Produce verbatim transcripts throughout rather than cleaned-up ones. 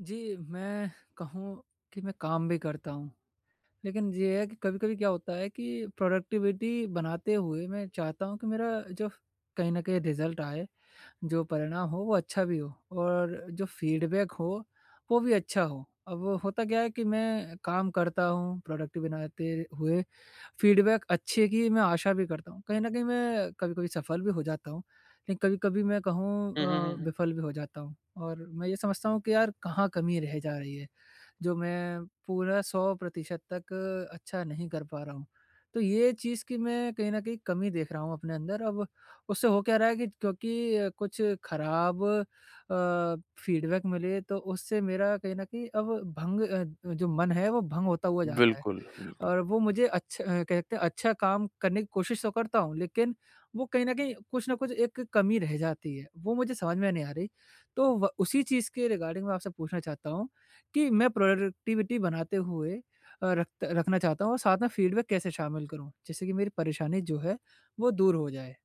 जी, मैं कहूँ कि मैं काम भी करता हूँ, लेकिन ये है कि कभी-कभी क्या होता है कि प्रोडक्टिविटी बनाते हुए मैं चाहता हूँ कि मेरा जो कहीं न कहीं रिज़ल्ट आए, जो परिणाम हो वो अच्छा भी हो और जो फीडबैक हो वो भी अच्छा हो। अब होता क्या है कि मैं काम करता हूँ प्रोडक्टिव बनाते हुए, फीडबैक अच्छे की मैं आशा भी करता हूँ। कहीं न कहीं मैं कभी-कभी सफल भी हो जाता हूँ, लेकिन कभी-कभी मैं कहूँ हुँ, हुँ, हुँ, अ, हुँ। विफल भी हो जाता हूँ और मैं ये समझता हूँ कि यार कहाँ कमी रह जा रही है। जो मैं पूरा सौ प्रतिशत तक अच्छा नहीं कर पा रहा हूँ। तो ये चीज़ की मैं कहीं न कहीं कमी देख रहा हूँ अपने अंदर। अब उससे हो क्या रहा है कि क्योंकि अ, कुछ खराब अ, फीडबैक मिले तो उससे मेरा कहीं न कहीं अब भंग अ, जो मन है वो भंग होता हुआ जा रहा है। बिल्कुल, बिल्कुल। और वो मुझे अच्छा अ, कह सकते हैं अच्छा काम करने की कोशिश तो करता हूँ, लेकिन वो कहीं न कहीं कुछ न कुछ एक कमी रह जाती है, वो मुझे समझ में नहीं आ रही। तो व उसी चीज़ के रिगार्डिंग मैं आपसे पूछना चाहता हूँ कि मैं प्रोडक्टिविटी बनाते हुए अ, रखत रखना चाहता हूँ और साथ में फीडबैक कैसे शामिल करूँ? जिससे कि मेरी परेशानी जो है वो दूर हो जाए।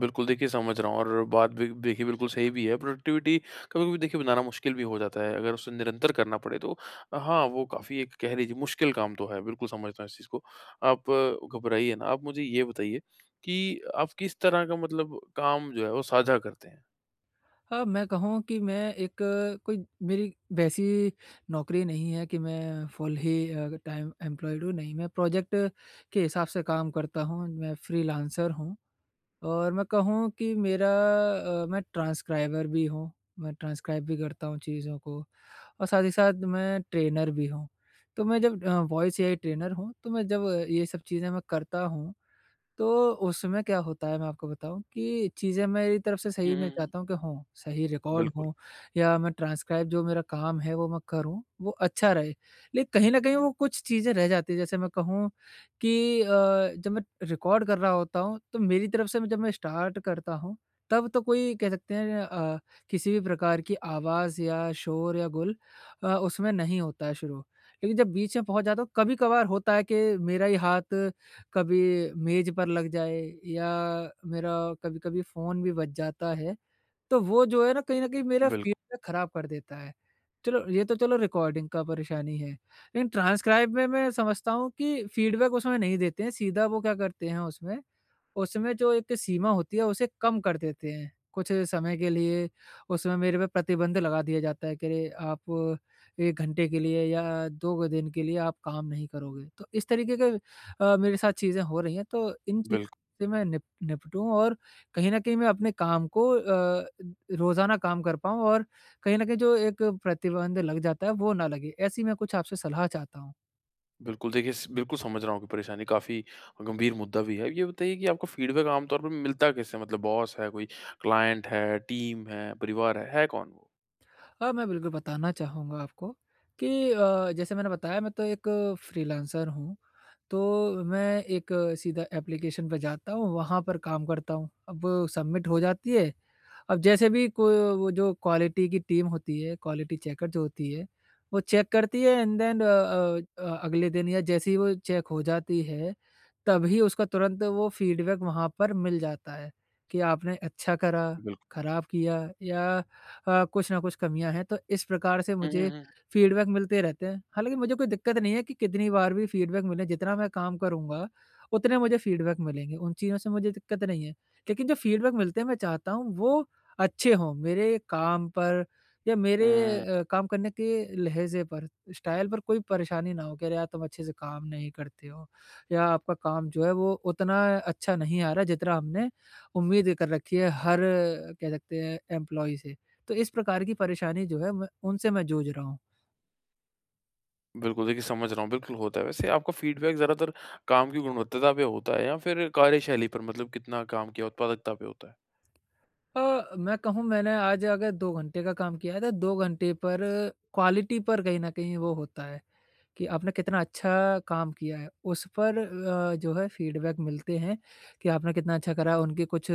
बिल्कुल, देखिए समझ रहा हूँ और बात भी देखिए बिल्कुल सही भी है। प्रोडक्टिविटी कभी-कभी देखिए बनाना मुश्किल भी हो जाता है, अगर उसे निरंतर करना पड़े तो हाँ, वो काफ़ी एक कह लीजिए मुश्किल काम तो है। बिल्कुल समझता हूँ इस चीज़ को। आप अ, घबराइए ना। आप मुझे ये बताइए कि आप किस तरह का मतलब काम जो है वो साझा करते हैं? हाँ, मैं कहूँ कि मैं एक अ, कोई मेरी वैसी नौकरी नहीं है कि मैं फुल ही अ, टाइम एम्प्लॉयड हूँ, नहीं, मैं प्रोजेक्ट के हिसाब से काम करता हूँ, मैं फ्रीलांसर हूँ और मैं कहूँ कि मेरा अ, मैं ट्रांसक्राइबर भी हूँ, मैं ट्रांसक्राइब भी करता हूँ चीज़ों को और साथ ही साथ मैं ट्रेनर भी हूँ। तो मैं जब अ, वॉइस एआई ट्रेनर हूँ, तो मैं जब अ, ये सब चीज़ें मैं करता हूँ तो उसमें क्या होता है मैं आपको बताऊँ कि चीज़ें मेरी तरफ से हुँ, सही हुँ, मैं हुँ। चाहता हूँ कि हों, सही रिकॉर्ड बिल्कुल, हों या मैं ट्रांसक्राइब जो मेरा काम है वो मैं करूँ, वो अच्छा रहे। लेकिन कहीं न कहीं वो कुछ चीज़ें रह जाती हैं जैसे मैं कहूँ कि अ, जब मैं रिकॉर्ड कर रहा होता हूँ तो मेरी तरफ से मैं- जब मैं स्टार्ट करता हूँ, तब तो कोई कह सकते हैं अ, किसी भी प्रकार की आवाज़ या शोर या गुल अ, उसमें नहीं होता है शुरू। लेकिन जब बीच में पहुँच जाता हूँ कभी-कभार होता है कि मेरा ही हाथ कभी मेज़ पर लग जाए या मेरा कभी-कभी फ़ोन भी बज जाता है, तो वो जो है ना कहीं न कहीं मेरा बिल्क फीडबैक ख़राब कर देता है। चलो ये तो चलो रिकॉर्डिंग का परेशानी है, लेकिन ट्रांसक्राइब में मैं समझता हूँ कि फीडबैक उसमें नहीं देते हैं, सीधा वो क्या करते हैं उसमें उसमें जो एक सीमा होती है उसे कम कर देते हैं। कुछ समय के लिए उसमें मेरे पे प्रतिबंध लगा दिया जाता है कि अरे आप एक घंटे के लिए या दो दिन के लिए आप काम नहीं करोगे। तो इस तरीके के अ, मेरे साथ चीज़ें हो रही हैं तो इन चीज़ बिल्क से मैं निप निपटूँ और कहीं न कहीं मैं अपने काम को अ, रोज़ाना काम कर पाऊँ और कहीं न कहीं जो एक प्रतिबंध लग जाता है वो ना लगे। ऐसी मैं कुछ आपसे सलाह चाहता हूँ। बिल्कुल, देखिए स बिल्कुल समझ रहा हूँ कि परेशानी काफ़ी गंभीर मुद्दा भी है। ये बताइए कि आपको फ़ीडबैक आम तौर पे मिलता किससे? मतलब बॉस है, कोई क्लाइंट है, टीम है, परिवार है, है कौन वो? हाँ, मैं बिल्कुल बताना चाहूँगा आपको कि अ, जैसे मैंने बताया मैं तो एक फ्रीलांसर हूँ, तो मैं एक सीधा एप्लीकेशन पे जाता हूँ, वहाँ पर काम करता हूँ। अब सबमिट हो जाती है, अब जैसे भी को वो जो क्वालिटी की टीम होती है, क्वालिटी चेकर जो होती है, वो चेक करती है एंड देन अ अ अ, अगले दिन या जैसे ही वो चेक हो जाती है, तभी उसका तुरंत वो फीडबैक वहाँ पर मिल जाता है कि आपने अच्छा करा, बिल्कुल। खराब किया या अ, कुछ ना कुछ कमियाँ हैं, तो इस प्रकार से हुँ, हुँ, मुझे हुँ। फीडबैक मिलते रहते हैं। हालाँकि मुझे कोई दिक्कत नहीं है कि कितनी बार भी फीडबैक मिले, जितना मैं काम करूँगा, उतने मुझे फीडबैक मिलेंगे, उन चीज़ों से मुझे दिक्कत नहीं है। लेकिन जो फीडबैक मिलते हैं, मैं चाहता हूँ वो अच्छे हों, मेरे काम पर या मेरे हुँ, अ, काम करने के लहज़े पर, स्टाइल पर कोई परेशानी ना हो कि अरे यार तुम अच्छे से काम नहीं करते हो या आपका काम जो है वो उतना अच्छा नहीं आ रहा जितना हमने उम्मीद कर रखी है हर अ, कह सकते हैं एम्प्लॉयी से। तो इस प्रकार की परेशानी जो है मैं उनसे मैं जूझ रहा हूँ। बिल्कुल, देखिए समझ रहा हूँ, बिल्कुल होता है। वैसे आपका फ़ीडबैक ज़्यादातर काम की गुणवत्ता पे होता है या फिर कार्यशैली पर मतलब कितना काम किया, उत्पादकता पे होता है? अ, मैं कहूँ मैंने आज अगर दो घंटे का काम किया है तो दो घंटे पर क्वालिटी पर कहीं न कहीं वो होता है। कि आपने कितना अच्छा काम किया है, उस पर अ, जो है फीडबैक मिलते हैं कि आपने कितना अच्छा करा। उनके कुछ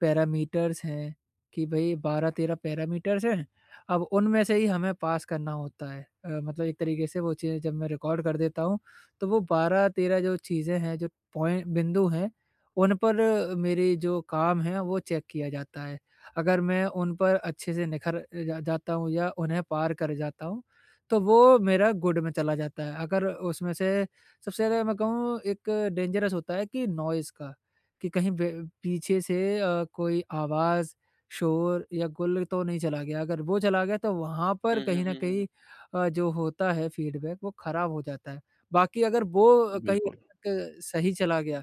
पैरामीटर्स हैं कि भई बारह तेरह पैरामीटर्स हैं, अब उनमें से ही हमें पास करना होता है। अ, मतलब एक तरीके से वो चीज़ें जब मैं रिकॉर्ड कर देता हूँ, तो वो बारह तेरह जो चीज़ें हैं, जो पॉइंट बिंदु हैं, उन पर अ, मेरी जो काम है, वो चेक किया जाता है। अगर मैं उन पर अच्छे से निखर जा जाता हूँ या उन्हें पार कर जाता हूँ, तो वो मेरा गुड में चला जाता है। अगर उसमें से सबसे ज़्यादा मैं कहूँ एक डेंजरस होता है कि नॉइज़ का, कि कहीं बे पीछे से अ, कोई आवाज़, शोर या गुल तो नहीं चला गया। अगर वो चला गया तो वहाँ पर हुँ, हुँ, कहीं न हुँ, हुँ, हुँ। कहीं अ, जो होता है फीडबैक वो ख़राब हो जाता है। बाकी अगर वो कहीं हद बिल्कुल, तक सही चला गया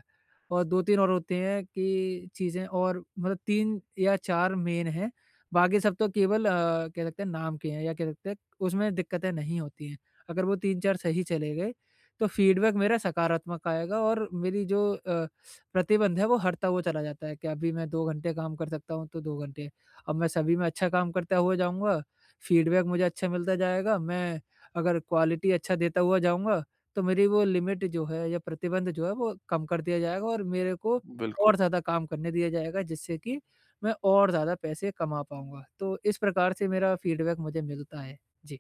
और दो तीन और होते हैं कि चीज़ें और मतलब तीन या चार मेन हैं। बाकी सब तो केवल अ, कह सकते हैं नाम के हैं या कह सकते हैं उसमें दिक्कतें नहीं होती हैं। अगर वो तीन चार सही चले गए, तो फीडबैक मेरा सकारात्मक आएगा और मेरी जो अ, प्रतिबंध है वो हटता हुआ चला जाता है कि अभी मैं दो घंटे काम कर सकता हूँ, तो दो घंटे। अब मैं सभी में अच्छा काम करता हुआ जाऊँगा, फीडबैक मुझे अच्छा मिलता जाएगा, मैं अगर क्वालिटी अच्छा देता हुआ जाऊँगा, तो मेरी वो लिमिट जो है या प्रतिबंध जो है वो कम कर दिया जाएगा और मेरे को बिल्कुल। और ज़्यादा काम करने दिया जाएगा जिससे कि मैं और ज़्यादा पैसे कमा पाऊँगा। तो इस प्रकार से मेरा फीडबैक मुझे मिलता है। जी।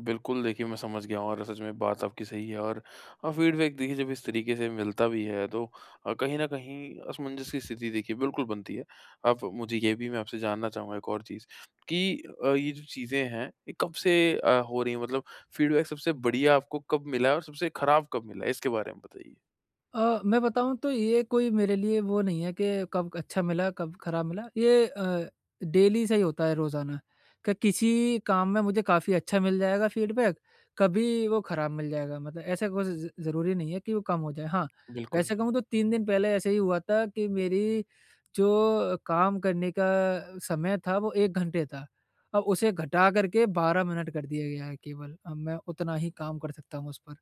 बिल्कुल, देखिए मैं समझ गया हूँ और सच में बात आपकी सही है और अ, फ़ीडबैक देखिए जब इस तरीके से मिलता भी है तो अ, कहीं न कहीं असमंजस की स्थिति देखिए बिल्कुल बनती है। अब मुझे ये भी मैं आपसे जानना चाहूँगा एक और चीज़ कि अ, ये जो चीज़ें हैं ये कब से अ, हो रही हैं? मतलब फ़ीडबैक सबसे बढ़िया आपको कब मिला है और सबसे खराब कब मिला है? इसके बारे में बताइए। अ, मैं बताऊँ तो ये कोई मेरे लिए वो नहीं है कि कब अच्छा मिला, कब खराब मिला। ये अ, डेली से ही होता है रोज़ाना कि किसी काम में मुझे काफ़ी अच्छा मिल जाएगा फीडबैक, कभी वो खराब मिल जाएगा। मतलब ऐसा कुछ ज़ ज़रूरी नहीं है कि वो कम हो जाए। हाँ, बिल्कुल। वैसे कहूँ तो तीन दिन पहले ऐसे ही हुआ था कि मेरी जो काम करने का समय था वो एक घंटे था। अब उसे घटा कर के बारह मिनट कर दिया गया है केवल। अब मैं उतना ही काम कर सकता हूँ उस पर।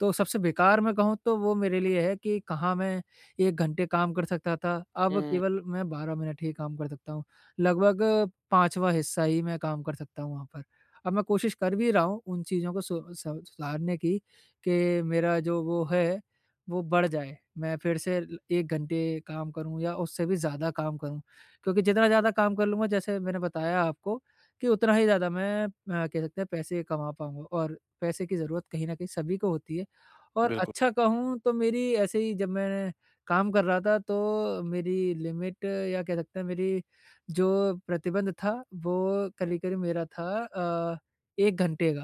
तो सबसे बेकार मैं कहूँ तो वो मेरे लिए है कि कहाँ मैं एक घंटे काम कर सकता था, अब हुँ, केवल मैं बारह मिनट ही काम कर सकता हूँ। लगभग पाँचवाँ हिस्सा ही मैं काम कर सकता हूँ वहाँ पर। अब मैं कोशिश कर भी रहा हूँ उन चीज़ों को सु सु सुधारने की कि मेरा जो वो है, वो बढ़ जाए। मैं फिर से ल एक घंटे काम करूँ या उससे भी ज़्यादा काम करूँ। क्योंकि जितना ज़्यादा काम कर लूँगा जैसे मैंने बताया आपको कि उतना ही ज़्यादा मैं अ, कह सकते हैं पैसे कमा पाऊँगा और पैसे की ज़रूरत कहीं न कहीं सभी को होती है। और बिल्कुल, अच्छा कहूँ तो मेरी ऐसे ही जब मैं काम कर रहा था तो मेरी लिमिट या कह सकते हैं मेरी जो प्रतिबंध था वो करीब-करीब मेरा था अ, एक घंटे का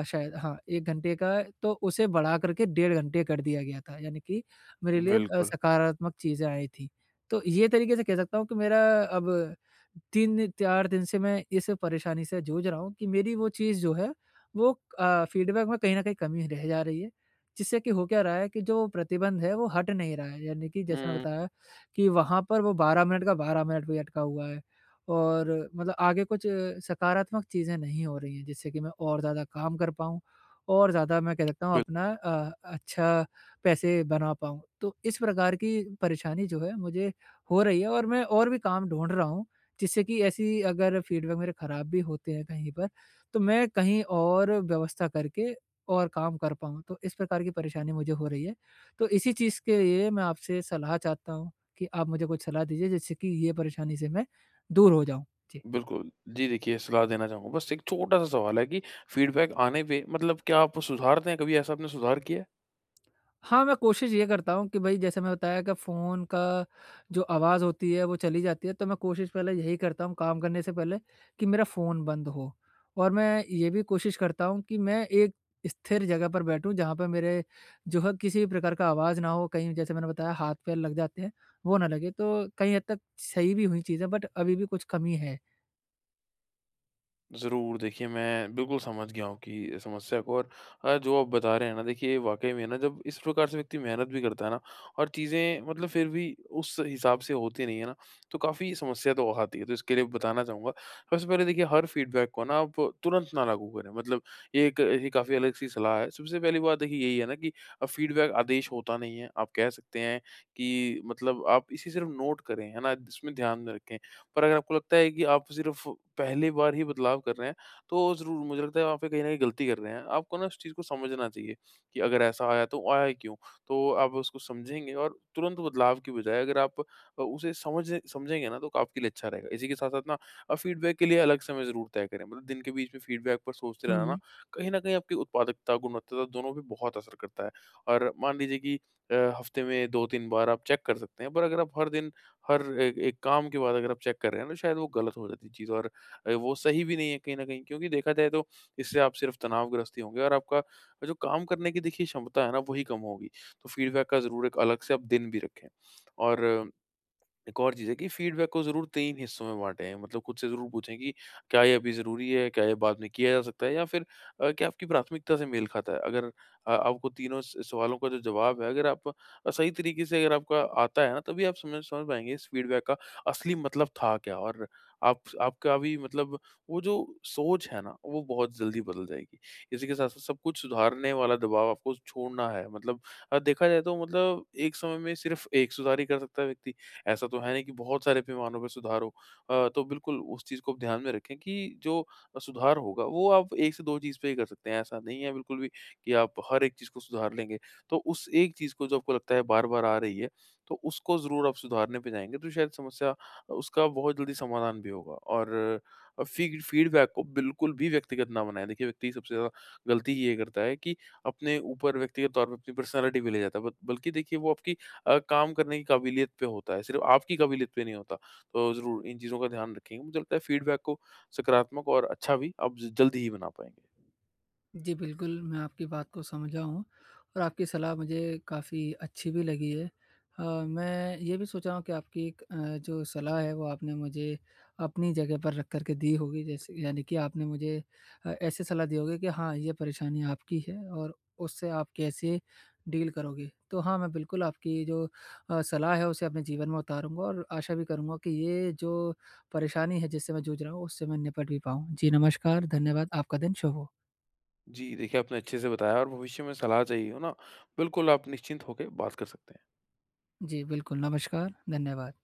अ, शायद हाँ, एक घंटे का तो उसे बढ़ा कर के डेढ़ घंटे कर दिया गया था यानी कि मेरे लिए अ, बिल्कुल। सकारात्मक चीज़ें आई थी। तो ये तरीके से कह सकता हूँ कि मेरा अब तीन चार दिन से मैं इस परेशानी से जूझ रहा हूँ कि मेरी वो चीज़ जो है वो अ, फीडबैक में कहीं न कहीं कमी रह जा रही है। जिससे कि हो क्या रहा है कि जो प्रतिबंध है वो हट नहीं रहा है, यानी कि जैसे मैं हुँ। बताया कि वहाँ पर वो बारह मिनट का बारह मिनट भी अटका हुआ है और मतलब आगे कुछ अ, सकारात्मक चीज़ें नहीं हो रही हैं जिससे कि मैं और ज़्यादा काम कर पाऊँ और ज़्यादा मैं कह सकता हूँ बिल्कुल। अपना अ, अच्छा पैसे बना पाऊँ। तो इस प्रकार की परेशानी जो है मुझे हो रही है और मैं और भी काम ढूँढ रहा हूँ, जिससे कि ऐसी अगर फीडबैक मेरे खराब भी होते हैं कहीं पर, तो मैं कहीं और व्यवस्था करके और काम कर पाऊँ। तो इस प्रकार की परेशानी मुझे हो रही है। तो इसी चीज़ के लिए मैं आपसे सलाह चाहता हूँ कि आप मुझे कुछ सलाह दीजिए जिससे कि ये परेशानी से मैं दूर हो जाऊँ। जी। बिल्कुल। जी, देखिए सलाह देना चाहूँगा बस एक छोटा-सा सवाल है कि फीडबैक आने पे मतलब क्या आप सुधारते हैं? कभी ऐसा आपने सुधार किया है? हाँ, मैं कोशिश ये करता हूँ कि भई जैसे मैं बताया कि फ़ोन का जो आवाज़ होती है वो चली जाती है, तो मैं कोशिश पहले यही करता हूँ काम करने से पहले कि मेरा फ़ोन बंद हो। और मैं ये भी कोशिश करता हूँ कि मैं एक स्थिर जगह पर बैठूँ जहाँ पे मेरे जो है किसी भी प्रकार का आवाज़ ना हो, कहीं जैसे मैंने बताया हाथ पैर लग जाते हैं, वो ना लगे। तो कहीं हद तक सही भी हुई चीज़ें बट अभी भी कुछ कमी है। ज़रूर, देखिए मैं बिल्कुल समझ गया हूँ कि समस्या को और अ, जो आप बता रहे हैं ना देखिए वाक़ई में ना जब इस प्रकार से व्यक्ति मेहनत भी करता है ना और चीज़ें मतलब फिर भी उस हिसाब से होती नहीं है ना, तो काफ़ी समस्या तो आती है। तो इसके लिए बताना चाहूँगा, सबसे पहले देखिए हर फ़ीडबैक को ना आप तुरंत ना लागू करें मतलब ये एक ये काफ़ी अलग-सी सलाह है। सबसे पहली बात देखिए यही है ना कि अ, फ़ीडबैक आदेश होता नहीं है। आप कह सकते हैं कि मतलब आप इसे सिर्फ़ नोट करें, है ना? इसमें ध्यान में रखें पर अगर आपको लगता है कि आप सिर्फ पहली बार ही बदलाव कर रहे हैं, तो ज़रूर मुझे लगता है वहाँ पे कहीं न कहीं गलती कर रहे हैं। आपको ना उस चीज़ को समझना चाहिए कि अगर ऐसा आया तो आया ही क्यों? तो आप उसको समझेंगे और तुरंत बदलाव की बजाय अगर आप अ, उसे समझ समझेंगे ना तो आपके लिए अच्छा रहेगा। इसी के साथ-साथ ना अ, फीडबैक के लिए अलग समय ज़रूर तय करें। मतलब दिन के बीच में फीडबैक पर सोचते रहना ना, हुँ। कहीं न कहीं आपकी उत्पादकता, गुणवत्ता दोनों पे बहुत असर करता है। और मान लीजिए कि अ, हफ्ते में दो तीन बार आप चेक कर सकते हैं, पर अगर आप हर दिन हर एक एक काम के बाद अगर आप चेक कर रहे हैं ना, शायद वो गलत हो जाती है चीज़ और अ, वो सही भी नहीं है कहीं न कहीं क्योंकि देखा जाए तो इससे आप सिर्फ तनावग्रस्त ही होंगे और आपका जो काम करने की देखिए क्षमता है ना, वही कम होगी। तो फीडबैक का ज़रूर एक अलग से आप दिन भी रखें और एक और चीज़ है कि फीडबैक को ज़रूर तीन हिस्सों में बाँटें। मतलब खुद से ज़रूर पूछें कि क्या ये अभी ज़रूरी है? क्या ये बाद में किया जा सकता है? या फिर अ, क्या आपकी प्राथमिकता से मेल खाता है? अगर अ, आपको तीनों स सवालों का जो जवाब है, अगर आप अ, सही तरीके से अगर आपका आता है ना, तभी आप समझ समझ पाएँगे इस फीडबैक का असली मतलब था क्या? और आप आपका भी मतलब वो जो सोच है ना, वो बहुत जल्दी बदल जाएगी। इसी के साथ-साथ सब कुछ सुधारने वाला दबाव आपको छोड़ना है। मतलब अ, देखा जाए तो मतलब एक समय में सिर्फ़ एक सुधार ही कर सकता है व्यक्ति। ऐसा तो है नहीं कि बहुत सारे पैमानों पे सुधार हो। अ, तो बिल्कुल उस चीज़ को आप ध्यान में रखें कि जो सुधार होगा वो आप एक से दो चीज़ पे ही कर सकते हैं। ऐसा नहीं है बिल्कुल भी कि आप हर एक चीज़ को सुधार लेंगे। तो उस एक चीज़ को जो आपको लगता है बार-बार आ रही है, तो उसको ज़रूर आप सुधारने पे जाएँगे तो शायद समस्या उसका बहुत जल्दी समाधान भी होगा। और अ, फ़ीड फ़ीडबैक को बिल्कुल भी व्यक्तिगत ना बनाएँ। देखिए व्यक्ति सबसे ज़्यादा गलती ये करता है कि अपने ऊपर व्यक्तिगत तौर पे अपनी पर्सनैलिटी पे ले जाता है। ब बल्कि देखिए वो आपकी अ, काम करने की काबिलियत पे होता है, सिर्फ़ आपकी काबिलियत पे नहीं होता। तो ज़रूर इन चीज़ों का ध्यान रखेंगे। मुझे लगता है फीडबैक को सकारात्मक और अच्छा भी आप ज जल्दी ही बना पाएँगे। जी, बिल्कुल, मैं आपकी बात को समझा हूँ और आपकी सलाह मुझे काफ़ी अच्छी भी लगी है। अ, मैं ये भी सोच रहा हूँ कि आपकी एक अ, जो सलाह है वो आपने मुझे अपनी जगह पर रख कर के दी होगी जैसे यानी कि आपने मुझे अ, ऐसे सलाह दी होगी कि हाँ, ये परेशानी आपकी है और उससे आप कैसे डील करोगे। तो हाँ, मैं बिल्कुल आपकी जो अ, सलाह है उसे अपने जीवन में उतारूँगा और आशा भी करूँगा कि ये जो परेशानी है जिससे मैं जूझ रहा हूँ उससे मैं निपट भी पाऊँ। जी, नमस्कार, धन्यवाद, आपका दिन शुभ हो। जी, देखिए आपने अच्छे से बताया और भविष्य में सलाह चाहिए हो ना, बिल्कुल आप निश्चिंत होके बात कर सकते हैं। जी, बिल्कुल, नमस्कार, धन्यवाद।